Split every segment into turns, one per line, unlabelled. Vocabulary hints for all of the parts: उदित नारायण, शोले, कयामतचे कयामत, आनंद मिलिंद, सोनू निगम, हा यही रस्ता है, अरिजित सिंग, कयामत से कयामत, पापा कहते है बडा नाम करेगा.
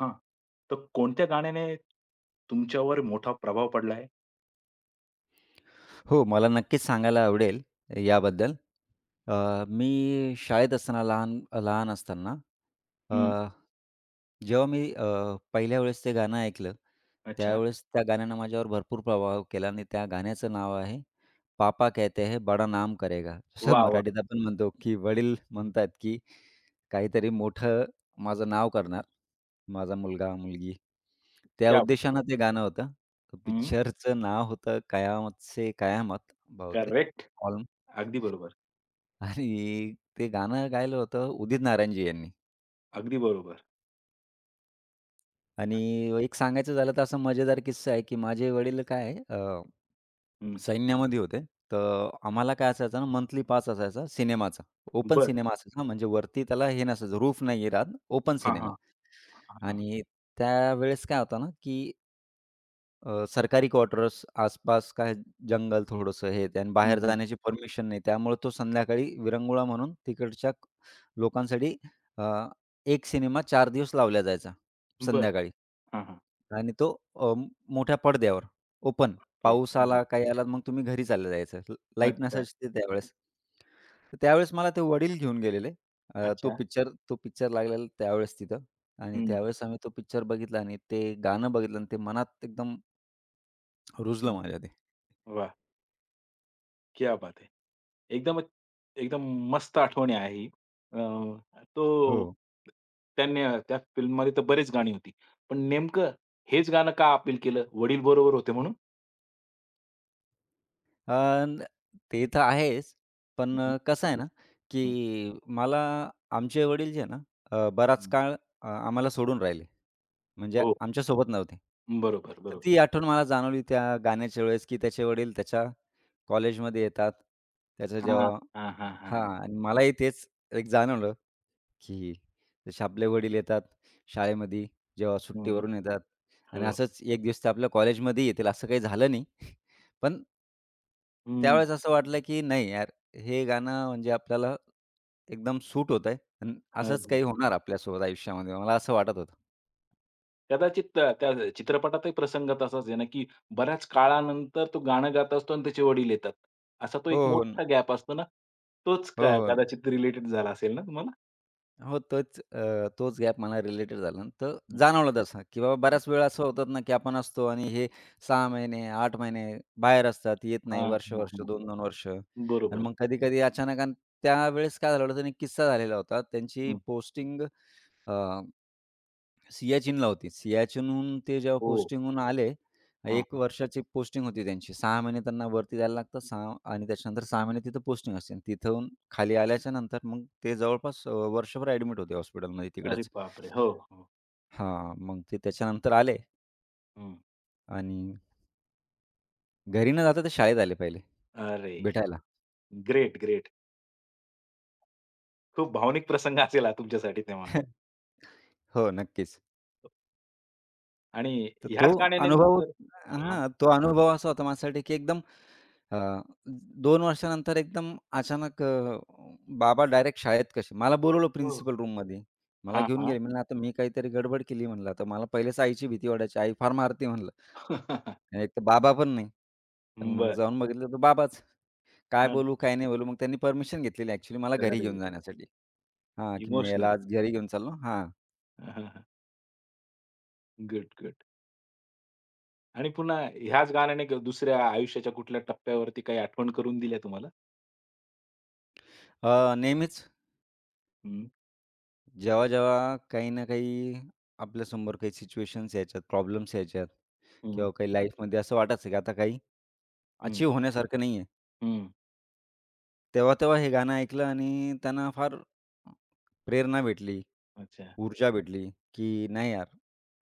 हां. तर कोणत्या गाण्याने तुमच्यावर मोठा प्रभाव पडला आहे?
हो, मला नक्कीच सांगायला आवडेल याबद्दल. अ, मी शाळेत असताना लहान लहान असताना जेव्हा मी पहिल्या वेळेस ते गाणं ऐकलं,
अच्छा.
त्यावेळेस त्या गाण्यानं माझ्यावर भरपूर प्रभाव केला आणि त्या गाण्याचं नाव आहे, "पापा कहते है बडा नाम करेगा." जसं
वाह! वाह!
मराठीत आपण म्हणतो, की वडील म्हणतात, की काहीतरी मोठं माझं नाव करणार, माझा मुलगा, मुलगी. त्या
क्या बात है!
उद्देशानं ते गाणं होतं.
हं.
पिक्चरचं नाव होतं "कयामत से कयामत" बहुतेक.
करेक्ट.
ऑल
अगदी बरोबर.
आणि ते गाणं गायलं होतं उदित नारायणजी यांनी.
अगदी बरोबर.
आणि
हां.
एक सांगायचं झालं तर असा मजेदार किस्सा आहे, की माझे वडील काय आहे,
हं.
सैन्यामध्ये होते. तर आम्हाला काय असायचं ना, मंथली पास असायचा सिनेमाचा. ओपन
बरं.
सिनेमा असायचा, म्हणजे वरती त्याला हे नसायचं, रूफ नाही राहत, ओपन
हां,
सिनेमा.
हां. हां, हां.
आणि त्यावेळेस काय होतं ना, की सरकारी क्वार्टर्स, आसपास काय जंगल थोडंसं, हे ते आणि
हं,
बाहेर
हं.
जाण्याची परमिशन नाही. त्यामुळे तो संध्याकाळी विरंगुळा म्हणून तिकडच्या लोकांसाठी अ, एक सिनेमा चार दिवस लावला जायचा
बरं.
संध्याकाळी.
हां,
आणि तो अ, म- मोठ्या पडद्यावर ओपन.
ओके.
पाऊस
हां, हां.
आला, काही आला, मग तुम्ही घरी चाललं जायचं. लाईट
अच्छा.
नसायची ते त्यावेळेस. तर त्यावेळेस मला ते वडील घेऊन गेलेले. अ, तो
अच्छा.
पिक्चर तो पिक्चर लागलेला त्यावेळेस तिथं. आणि
हं.
त्यावेळेस आम्ही तो पिक्चर बघितला आणि ते गाणं बघितलं आणि ते मनात एकदम रुजलं
हां.
माझ्या ते.
वाह! क्या बात है! एकदमच एकदम मस्त आठवणी आहे ही. अ,
हो.
तो त्यांनी त्या फिल्ममध्ये तर बरीच गाणी होती. पण नेमकं हेच गाणं का अपील केलं? वडील बरोबर होते म्हणून?
अन् ते तर आहेच, पण
हं,
कसं आहे ना, की
हं,
मला आमचे वडील जे आहे ना, बराच
हं.
काळ आम्हाला सोडून राहिले. म्हणजे
हो.
आमच्यासोबत नव्हते.
बरोबर,
तर
बरोबर.
ती आठवण मला जाणवली त्या गाण्याच्या वेळेस, की त्याचे वडील त्याच्या कॉलेजमध्ये येतात. त्याचं
हां,
जेव्हा,
हां, हां, हां.
हां. आणि मलाही तेच एक जाणवलं, की जसे आपले वडील येतात शाळेमध्ये, जेव्हा
हं, हं.
सुट्टीवरून येतात आणि
हो.
असंच एक दिवस ते आपल्या कॉलेजमध्ये येतील, असं काही झालं नाही. पण
हं.
त्यावेळेस असं वाटलं की नाही यार, हे गाणं म्हणजे आपल्याला एकदम सूट होतंय आणि
हो,
असंच काही
हो.
होणार आपल्यासोबत आयुष्यामध्ये. मला असं वाटत होतं.
कदाचित त्या चित्रपटातही प्रसंग तसाच आहे ना, की बऱ्याच काळानंतर तो गाणं गात असतो आणि त्याचे वडील येतात. असा तो
हो,
एक
हो. न-
मोठा गॅप असतो ना, तोच
हो,
क
हो.
कदाचित रिलेटेड झाला असेल ना तुम्हाला?
हो, तोच तोच गॅप मला रिलेटेड झाला ना, तर
हं,
जाणवलं तसं, की बाबा
हं.
बऱ्याच वेळा असं होतात ना, की आपण असतो आणि हे 6 महिने, 8 महिने बाहेर असतात, येत नाही
हां, हां,
वर्ष-वर्ष,
हां.
2-2 वर्ष आणि
बरोबर.
मग कधी-कधी अचानक आणि त्यावेळेस काय झालं होतं, त्यांनी किस्सा झालेला होता. त्यांची
हं.
पोस्टिंग सियाचीनला होती. सियाचीनहून ते जेव्हा
हो.
पोस्टिंगहून आले,
हां,
1
हां.
वर्षाची पोस्टिंग होती त्यांची. 6 महिने त्यांना वरती जायला लागतात. 6 आणि त्याच्यानंतर 6 महिने तिथं पोस्टिंग असते आणि तिथून खाली आल्याच्या नंतर मग ते जवळपास वर्षभर ॲडमिट होते हॉस्पिटलमध्ये
अरे
तिकडंच.
बापरे! हो, हो.
हां, मग ते त्याच्यानंतर आले
हं.
आणि घरी न जाता ते शाळेत आले पहिले
अरे!
भेटायला.
Great, great. खूप भावनिक प्रसंग असेल हा तुमच्यासाठी तेव्हा.
हो, नक्कीच.
आणि
तर तो
ह्याच गाण्याने
अनुभव,
नंतर हां.
हां, तो अनुभव असा होता माझ्यासाठी की एकदम, हां. 2 वर्षानंतर एकदम अचानक बाबा डायरेक्ट शाळेत कसे मला बोलवलं
हं.
प्रिन्सिपल रूममध्ये. मला
हां,
घेऊन
हां.
गेले. म्हणलं, "आता मी काहीतरी गडबड केली" म्हणलं. आता मला पहिलेच आईची भीती वाटायची. आई फार मारते म्हणलं. आणि एक तर बाबा पण नाही. पण मग
बरं.
जाऊन बघितलं तर बाबाच. काय
हं.
बोलू, काय नाही बोलू. मग त्यांनी परमिशन घेतलेली ॲक्चुअली मला घरी
अरे,
घेऊन जाण्यासाठी. हां, की मी
इमोशनल.
याला आज घरी घेऊन चाललो. हां.
हां, हां, गुड, गुड. आणि पुन्हा ह्याच गाण्याने दुसऱ्या आयुष्याच्या कुठल्या टप्प्यावरती काही आठवण करून दिल्या तुम्हाला?
नेहमीच
हं,
जेव्हा काही ना काही आपल्यासमोर काही सिच्युएशन्स यायच्यात, प्रॉब्लेम्स यायच्यात
हं,
किंवा काही लाईफमध्ये असं वाटायचं की आता काही
हं,
अचीव्ह होण्यासारखं नाही आहे.
हं.
तेव्हा हे गाणं ऐकलं आणि त्यांना फार प्रेरणा भेटली,
अच्छा.
ऊर्जा भेटली, की नाही यार,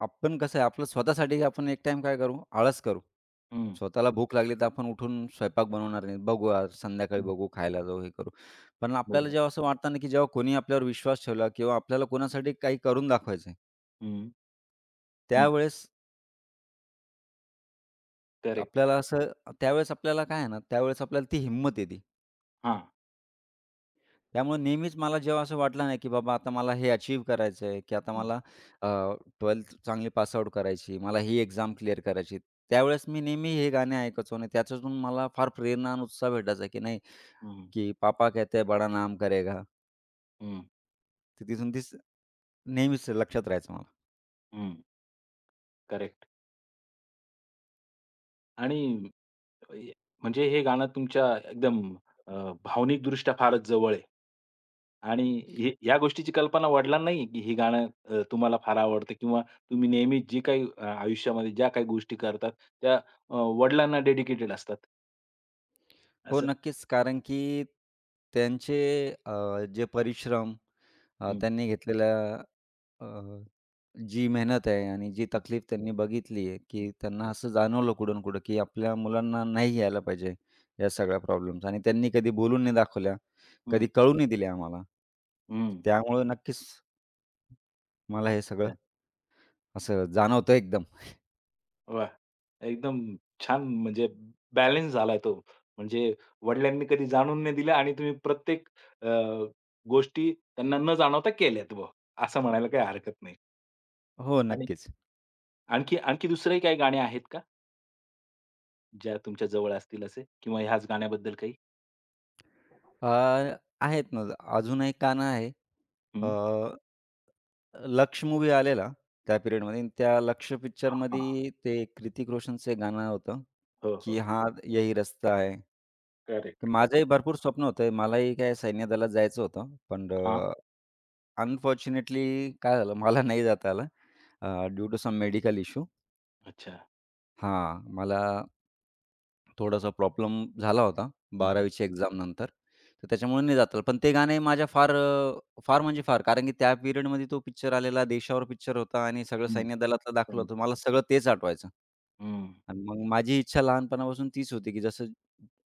आपण कसं आहे, आपलं स्वतःसाठी आपण एक टाईम काय करू? आळस करू.
हं,
स्वतःला भूक लागली तर आपण उठून स्वयंपाक बनवणार नाही. बघू आज संध्याकाळी,
हं.
बघू, खायला जाऊ, हे करू. पण आपल्याला
बरोबर.
जेव्हा असं वाटतं ना की जेव्हा कोणी आपल्यावर विश्वास ठेवला किंवा आपल्याला कोणासाठी काही करून दाखवायचं,
हं, हं.
त्यावेळेस
करेक्ट.
आपल्याला असं, त्यावेळेस आपल्याला काय आहे ना, त्यावेळेस आपल्याला ती हिंमत येते.
हां.
त्यामुळे नेहमीच मला जेव्हा असं वाटलं नाही, की बाबा आता मला हे अचीव्ह करायचं आहे, की आता
हं,
मला अ, चांगली पास करायची, मला ही एक्झाम क्लिअर करायची. त्यावेळेस मी नेहमी हे गाणे ऐकायचो आणि त्याच्यातून मला फार प्रेरणा आणि उत्साह भेटायचा, की नाही,
हं,
की "पापा कहते बडा नाम करेगा."
हं,
तर तिथून तीच नेहमीच लक्षात राहायचं मला.
हं. करेक्ट. आणि अ, म्हणजे हे गाणं तुमच्या एकदम अ, भावनिकदृष्ट्या फारच जवळ आहे. आणि हे ह्या गोष्टीची कल्पना वडिलांनाही आहे, की हे गाणं तुम्हाला फार आवडतं किंवा तुम्ही नेहमी जी काही आयुष्यामध्ये ज्या काही गोष्टी करतात त्या वडिलांना डेडिकेटेड असतात.
हो,
असं
नक्कीच. कारण की त्यांचे अ, जे परिश्रम
हं,
त्यांनी घेतलेल्या, जी मेहनत आहे आणि जी
हं,
तकलीफ त्यांनी बघितली आहे, की त्यांना असं जाणवलं कुठं कुठं, की आपल्या मुलांना नाही यायला पाहिजे या सगळ्या प्रॉब्लेम्स आणि त्यांनी कधी बोलून नाही दाखवल्या, कधी
हं,
कळू नाही दिल्या आम्हाला.
हं, हं.
त्यामुळं नक्कीच मला हे सगळं
अच्छा.
असं जाणवतं एकदम.
वाह! एकदम छान म्हणजे बॅलन्स झालाय तो. म्हणजे वडिलांनी कधी जाणून नाही दिलं आणि तुम्ही प्रत्येक अ, गोष्टी त्यांना न जाणवता केल्यात बुवा, असं म्हणायला काही हरकत नाही.
हो,
आणि
नक्कीच.
आणखी आणखी दुसरेही काही गाणे आहेत का? ज्या तुमच्या जवळ असतील असे किंवा ह्याच गाण्याबद्दल काही?
अ, आहेत ना, अजून एक गाणं आहे.
हं.
लक्ष मूव्ही आलेला त्या पिरियडमध्ये आणि त्या लक्ष
हां.
पिक्चरमध्ये ते कृतिक रोशनचं एक गाणं होतं,
हो,
की
हो.
"हा यही रस्ता है." तर
करेक्ट, करेक्ट.
माझंही भरपूर स्वप्न होतं. मलाही काय सैन्य दलात जायचं होतं. पण
हां.
अनफॉर्च्युनेटली काय झालं, मला नाही जाता आलं, due to some medical issue.
अच्छा.
हां, मला थोडासा प्रॉब्लेम झाला होता
हं, हं.
12वीच्या एक्झामनंतर. तर त्याच्यामुळे नाही जाता आलं. पण ते गाणे माझ्या फार, म्हणजे फार, कारण की त्या पिरियडमध्ये तो पिक्चर आलेला, देशावर पिक्चर होता आणि सगळं
हं.
सैन्य दलातलं दाखवलं होतं.
त्यांचं.
मला सगळं तेच आठवायचं.
हं,
आणि मग माझी इच्छा लहानपणापासून तीच होती, की जसं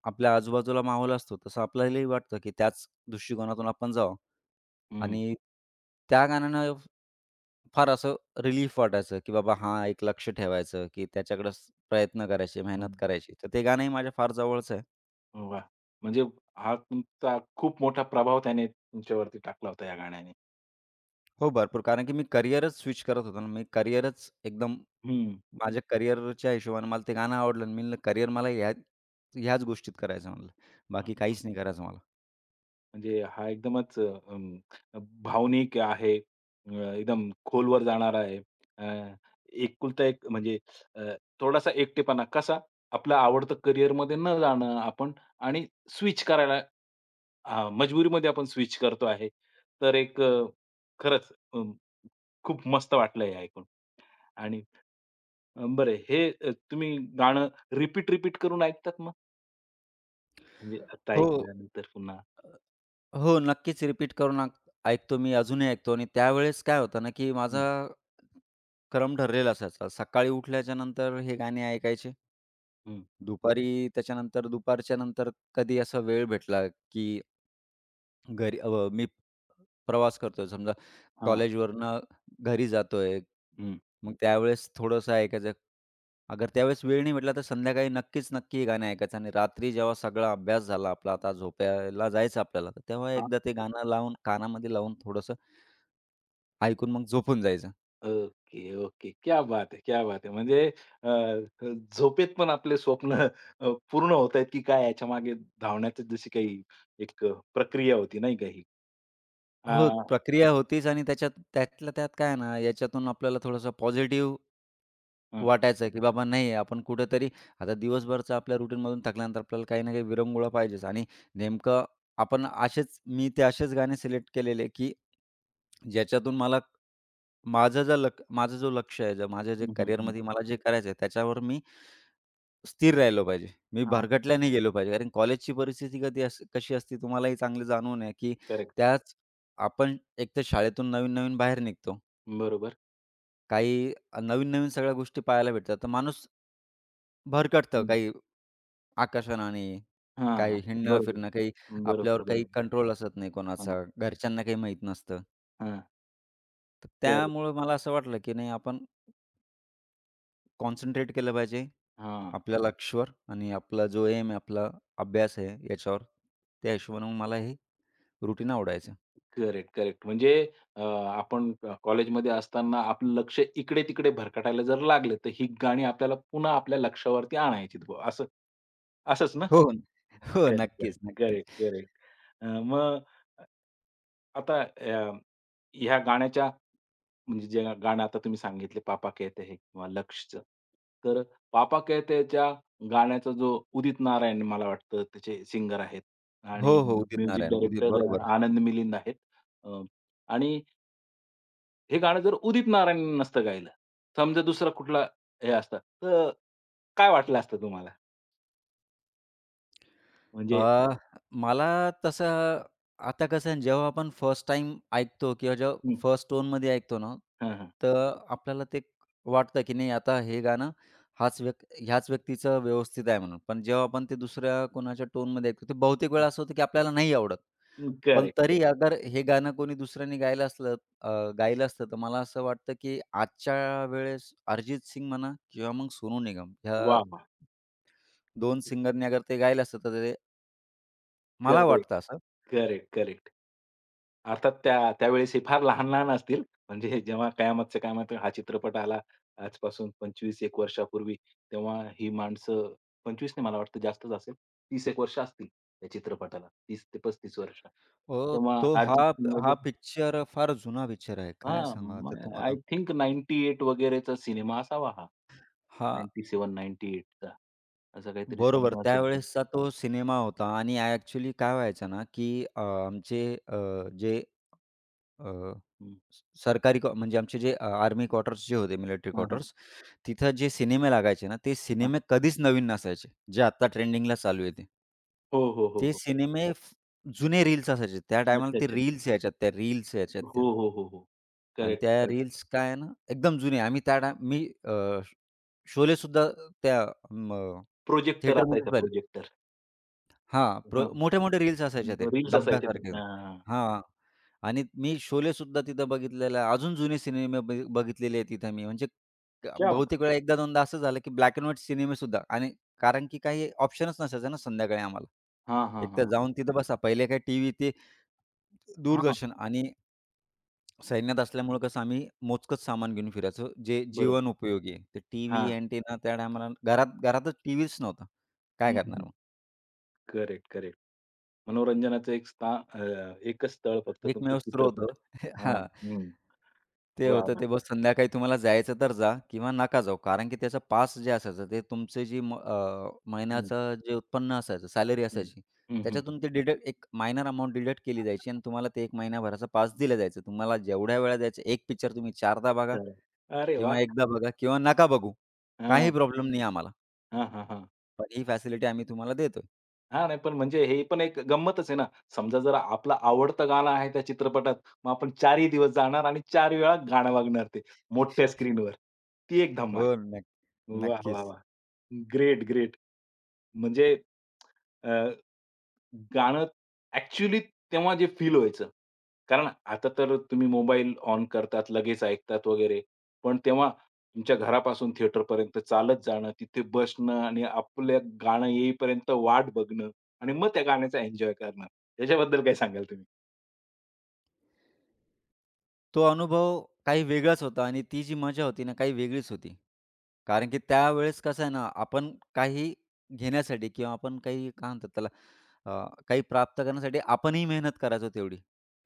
आपल्या आजूबाजूला माहोल असतो, तसं आपल्यालाही वाटतं, की त्याच दृष्टिकोनातून आपण जावं.
हं,
आणि त्या गाण्यानं फार असं रिलीफ वाटायचं, की बाबा हां, एक लक्ष ठेवायचं, की त्याच्याकडे प्रयत्न करायचे,
हं.
मेहनत करायची. तर ते गाणंही माझ्या फार जवळचं आहे.
वाह! म्हणजे हा तुमचा खूप मोठा प्रभाव त्याने तुमच्यावरती टाकला होता या गाण्याने.
हो, भरपूर. कारण की मी करियरच स्विच करत होतो ना. मी करियरच एकदम,
हं.
माझ्या करियरच्या हिशोबाने मला ते गाणं आवडलं आणि मी म्हणलं करियर मला ह्याच गोष्टीत करायचं म्हणलं. बाकी काहीच नाही करायचं मला.
म्हणजे हा एकदमच भावनिक आहे. एकदम खोलवर जाणारा आहे. अ, एकुलता एक म्हणजे अ, थोडासा एकटेपणा कसा? आपलं आवडतं करिअरमध्ये न जाणं आपण आणि स्विच करायला हां, मजबुरीमध्ये आपण स्विच करतो आहे. तर एक खरंच खूप मस्त वाटलं हे ऐकून. आणि बरं हे तुम्ही गाणं रिपीट, रिपीट करून ऐकतात मग? म्हणजे आता
हो,
ऐकल्यानंतर पुन्हा.
हो. नक्कीच रिपीट करून ऐकतो मी, अजूनही ऐकतो आणि त्यावेळेस काय होतं ना, की माझा
हं,
क्रम ठरलेला असायचा. सकाळी उठल्याच्यानंतर हे गाणे ऐकायचे.
हं.
दुपारी त्याच्यानंतर, दुपारच्यानंतर कधी असा वेळ भेटला, की घरी, मी प्रवास करतोय समजा,
हां,
कॉलेजवरनं घरी जातोय.
हं.
मग त्यावेळेस थोडंसं ऐकायचं. अगर त्यावेळेस वेळ नाही भेटला तर संध्याकाळी नक्कीच, नक्की हे गाणं ऐकायचं आणि रात्री जेव्हा सगळा अभ्यास झाला आपला, आता झोपायला जायचं आपल्याला, तर तेव्हा एकदा ते गाणं लावून कानामध्ये लावून थोडंसं ऐकून मग झोपून जायचं.
Okay, okay. क्या बात है! क्या बात है! म्हणजे अ, झोपेत पण आपले स्वप्न पूर्ण होत आहेत, की काय याच्यामागे धावण्याची जशी काही एक प्रक्रिया होती नाही का ही?
हो,
हां,
प्रक्रिया होतीच आणि त्याच्यात, त्यातल्या त्यात काय आहे ना, याच्यातून आपल्याला थोडंसं पॉझिटिव्ह
हां.
वाटायचं की बाबा नाही, आपण कुठेतरी आता दिवसभरचा आपल्या रुटीनमधून थकल्यानंतर आपल्याला काही ना काही विरंगुळा पाहिजेच आणि नेमकं आपण असेच, मी ते असेच गाणे सिलेक्ट केलेले की ज्याच्यातून मला, माझं जो लक्ष आहे, जर माझ्या जे
हं, हं, हं.
करिअरमध्ये मला जे करायचं आहे, त्याच्यावर मी स्थिर राहिलो पाहिजे. मी
हां,
भरकटला नाही गेलो पाहिजे. कारण कॉलेजची परिस्थिती कधी कशी असते तुम्हालाही चांगली जाणून आहे की
करेक्ट.
त्याच आपण एकतर शाळेतून नवीन-नवीन बाहेर निघतो.
बरोबर.
काही नवीन-नवीन सगळ्या गोष्टी पाहायला भेटतात. तर माणूस भरकटतं,
हं.
काही आकर्षणाने,
हां, हां.
काही
बरोबर.
हिंडणं-फिरणं, काही आपल्यावर
बरोबर,
काही
बरोबर.
कंट्रोल असत नाही
हां,
कोणाचा, घरच्यांना काही माहीत नसतं.
हां.
तर
करेक्ट.
त्यामुळं मला असं वाटलं, की नाही, आपण कॉन्सन्ट्रेट केलं पाहिजे
हां.
आपल्या लक्ष्यवर आणि आपला जो एम आहे, आपला अभ्यास आहे याच्यावर. त्या हिशोबाने मग मला हे रुटीन आवडायचं.
Correct, correct. म्हणजे आपण कॉलेजमध्ये असताना आपलं लक्ष इकडे-तिकडे भरकटायला जर लागलं, तर ही गाणी आपल्याला पुन्हा आपल्या लक्षावरती आणायची असं असंच ना?
हो, हो. हो,
करेक्ट,
नक्कीच,
करेक्ट.
नक्कीच.
Correct, correct. मग अ, आता ह्या गाण्याच्या म्हणजे जे गाणं आता तुम्ही सांगितले "पापा कहते है" किंवा लक्ष्यचं. तर "पापा कहते गाण्याचा जो उदित नारायण मला वाटतं त्याचे सिंगर आहेत
हो,
आणि
हो. उदित
म्युझिक
नारायण. उदित
डायरेक्टर
बरोबर.
आनंद मिलिंद आहेत. अ, आणि हे गाणं जर उदित नारायण नसतं गायलं, समजा दुसरा कुठला हे असतं, तर काय वाटलं असतं तुम्हाला? म्हणजे
अ, मला तसं आता कसं आहे, जेव्हा आपण फर्स्ट टाईम ऐकतो किंवा जेव्हा फर्स्ट टोनमध्ये ऐकतो ना, तर आपल्याला ते वाटतं की नाही, आता हे गाणं हाच व्यक् ह्याच व्यक्तीचं व्यवस्थित आहे म्हणून. पण जेव्हा आपण ते दुसऱ्या कोणाच्या टोनमध्ये ऐकतो, ते बहुतेक वेळा असं होतं की आपल्याला नाही आवडत. पण तरी
करेक्ट.
अगर हे गाणं कोणी दुसऱ्याने अ, गायलं असतं, तर मला असं वाटतं की आजच्या वेळेस अरिजित सिंग म्हणा किंवा मग सोनू निगम, ह्या
वाह! वाह!
2 सिंगरनी अगर ते गायलं असतं, तर ते, मला
करेक्ट,
वाटतं असं.
Correct, correct. अर्थात त्या त्यावेळेस हे फार लहान-लहान असतील. म्हणजे जेव्हा कयामतचे कयामत हा चित्रपट आला आजपासून 25-1 वर्षापूर्वी, तेव्हा ही माणसं 25 नाही मला वाटतं जास्तच असेल. 30-1 वर्ष असतील त्या चित्रपटाला. 30 ते 35 वर्ष.
हो,
तेव्हा
तो हा
अरिजित सिंग
हा
वगैरे
पिक्चर फार जुना पिक्चर आहे. काय सांगावं
हां,
आता
आय
तुम्हाला?
थिंक 98 वगैरेचा सिनेमा असावा हा.
हां,
97-98 चा असा काहीतरी
बरोबर.
सिनेमा असेल.
त्यावेळेसचा तो सिनेमा होता आणि ॲक्चुअली काय व्हायचं ना, की आमचे अ, जे अ,
हं.
स सरकारी क्वा म्हणजे आमचे जे आर्मी क्वार्टर्स जे होते, मिलिटरी
हां, हां,
क्वार्टर्स, तिथं जे सिनेमे लागायचे ना, ते
हां.
सिनेमे कधीच नवीन नसायचे, जे आत्ता ट्रेंडिंगला चालू आहे,
हो, हो, हो,
ते
हो.
सिनेमे जुने रील्स असायचे. त्या टायमाला ते
अच्छा.
रील्स यायच्यात, त्या रील्स यायच्यात
हो,
त्या.
हो, हो, हो.
आणि
करेक्ट,
त्या
करेक्ट.
रील्स काय आहे ना, एकदम जुने. आम्ही त्या टाईम मी, शोलेसुद्धा त्या म
प्रोजेक्टर
थिएटरमध्येच
असायचा
पाहिले.
प्रोजेक्टर.
हां,
हां.
मोठे-मोठे रील्स असायच्या ते
रील्स असायचे ते.
डब्यासारखे.
हां.
हां. आणि मी शोलेसुद्धा तिथं बघितलेला आहे. अजून जुने सिनेमे बघितलेले आहेत तिथं मी. म्हणजे
क्या
बहुतेक वेळा एकदा दोनदा असं झालं, की ब्लॅक एंड व्हाईट सिनेमेसुद्धा आणि कारण की काही ऑप्शनच नसायचा ना संध्याकाळी आम्हाला.
हां, हां, हां,
एकतर
हां.
जाऊन तिथं बसा. पहिले काय टीव्ही, ते
हां.
दूरदर्शन आणि सैन्यात असल्यामुळं कसं आम्ही मोजकंच सामान घेऊन फिरायचो, जे
बरोबर.
जीवन उपयोगी आहे. ते टीव्ही,
हां.
अँटेना, त्या टायमाला घरातच टीव्हीच नव्हता. काय करणार मग?
Correct, correct. मनोरंजनाचं एकच स्थळ फक्त तुमचं
एकमेव स्त्रोत
चित्रपट. हां.
हां.
हं.
ते
वाह,
होतं
वाह!
ते बस, संध्याकाळी तुम्हाला जायचं तर जा किंवा नका जाऊ. कारण की त्याचा पास जे असायचं ते तुमचे,
हं,
महिन्याचं जे उत्पन्न असायचं, सॅलरी
हं.
असायची,
हं, हं.
त्याच्यातून ते एक मायनर अमाउंट डिडक्ट केली जायची आणि तुम्हाला ते 1 महिन्याभराचा पास दिला जायचा. तुम्हाला जेवढ्या वेळा जायचं, एक पिक्चर तुम्ही 4दा बघा
चला. अरे
किंवा
वाह!
एकदा बघा किंवा नका बघू. काही
हां.
प्रॉब्लेम नाही आम्हाला.
हां, हां, हां.
पण ही फॅसिलिटी आम्ही तुम्हाला देतोय.
हां, नाही पण म्हणजे हे पण एक गंमतच आहे ना. समजा जर आपलं आवडतं गाणं आहे त्या चित्रपटात, मग आपण 4ही दिवस जाणार आणि 4 वेळा गाणं वाजणार ते मोठ्या स्क्रीनवर. ती एक
हो,
धमाल.
नक्क
वाह, वाह,
नक्कीच.
वाह! Great, great. म्हणजे अ, गाणं ॲक्चुअली तेव्हा जे फील व्हायचं. कारण आता तर तुम्ही मोबाईल ऑन करतात, लगेच ऐकतात वगैरे. पण तेव्हा तुमच्या घरापासून थिएटरपर्यंत चालत जाणं, तिथे बसणं आणि आपलं गाणं येईपर्यंत वाट बघणं आणि मग त्या गाण्याचा एन्जॉय करणं. याच्याबद्दल काय सांगाल तुम्ही?
तो अनुभव काही वेगळाच होता आणि ती जी मजा होती ना, काही वेगळीच होती. कारण की त्यावेळेस कसं आहे ना, आपण काही घेण्यासाठी किंवा आपण काही काय म्हणतात त्याला, अ, काही प्राप्त करण्यासाठी आपणही मेहनत करायचो तेवढी.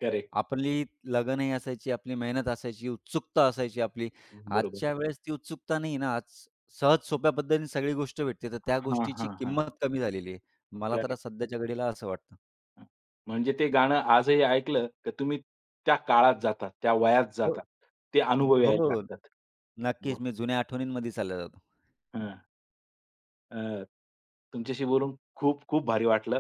करेक्ट.
आपली लगनही असायची, आपली मेहनत असायची, उत्सुकता असायची आपली.
बरोबर.
आजच्या वेळेस ती उत्सुकता नाही ना, आज सहज सोप्या पद्धतीने सगळी गोष्ट भेटते, तर त्या
हां,
गोष्टीची
हां, हां.
किंमत कमी झालेली आहे. मला तर सध्याच्या घडीला असं वाटतं.
हां. म्हणजे ते गाणं आजही ऐकलं तर तुम्ही त्या काळात जातात, त्या वयात जातात. ते अनुभव
हो,
यायला
हो.
लागतात. हो.
नक्कीच मी जुन्या आठवणींमध्ये चालला जातो.
हं. अ, तुमच्याशी बोलून खूप खूप भारी वाटलं.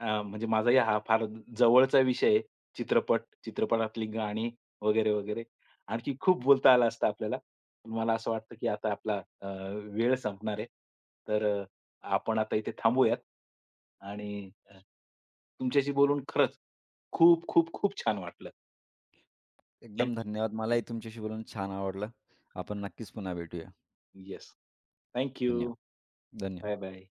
म्हणजे माझाही हा फार जवळचा विषय आहे. चित्रपट, चित्रपटातली गाणी वगैरे, वगैरे. आणखी खूप बोलता आलं असतं आपल्याला. पण मला असं वाटतं, की आता आपला अ, वेळ संपणार आहे. तर आपण आता इथे थांबूयात आणि तुमच्याशी बोलून खरंच खूप, खूप, खूप छान वाटलं.
एकदम
थँक
धन्यवाद. मलाही तुमच्याशी बोलून छान आवडलं. आपण नक्कीच पुन्हा भेटूया.
येस. थँक
धन्यवाद. धन्यवाद.
Bye, bye.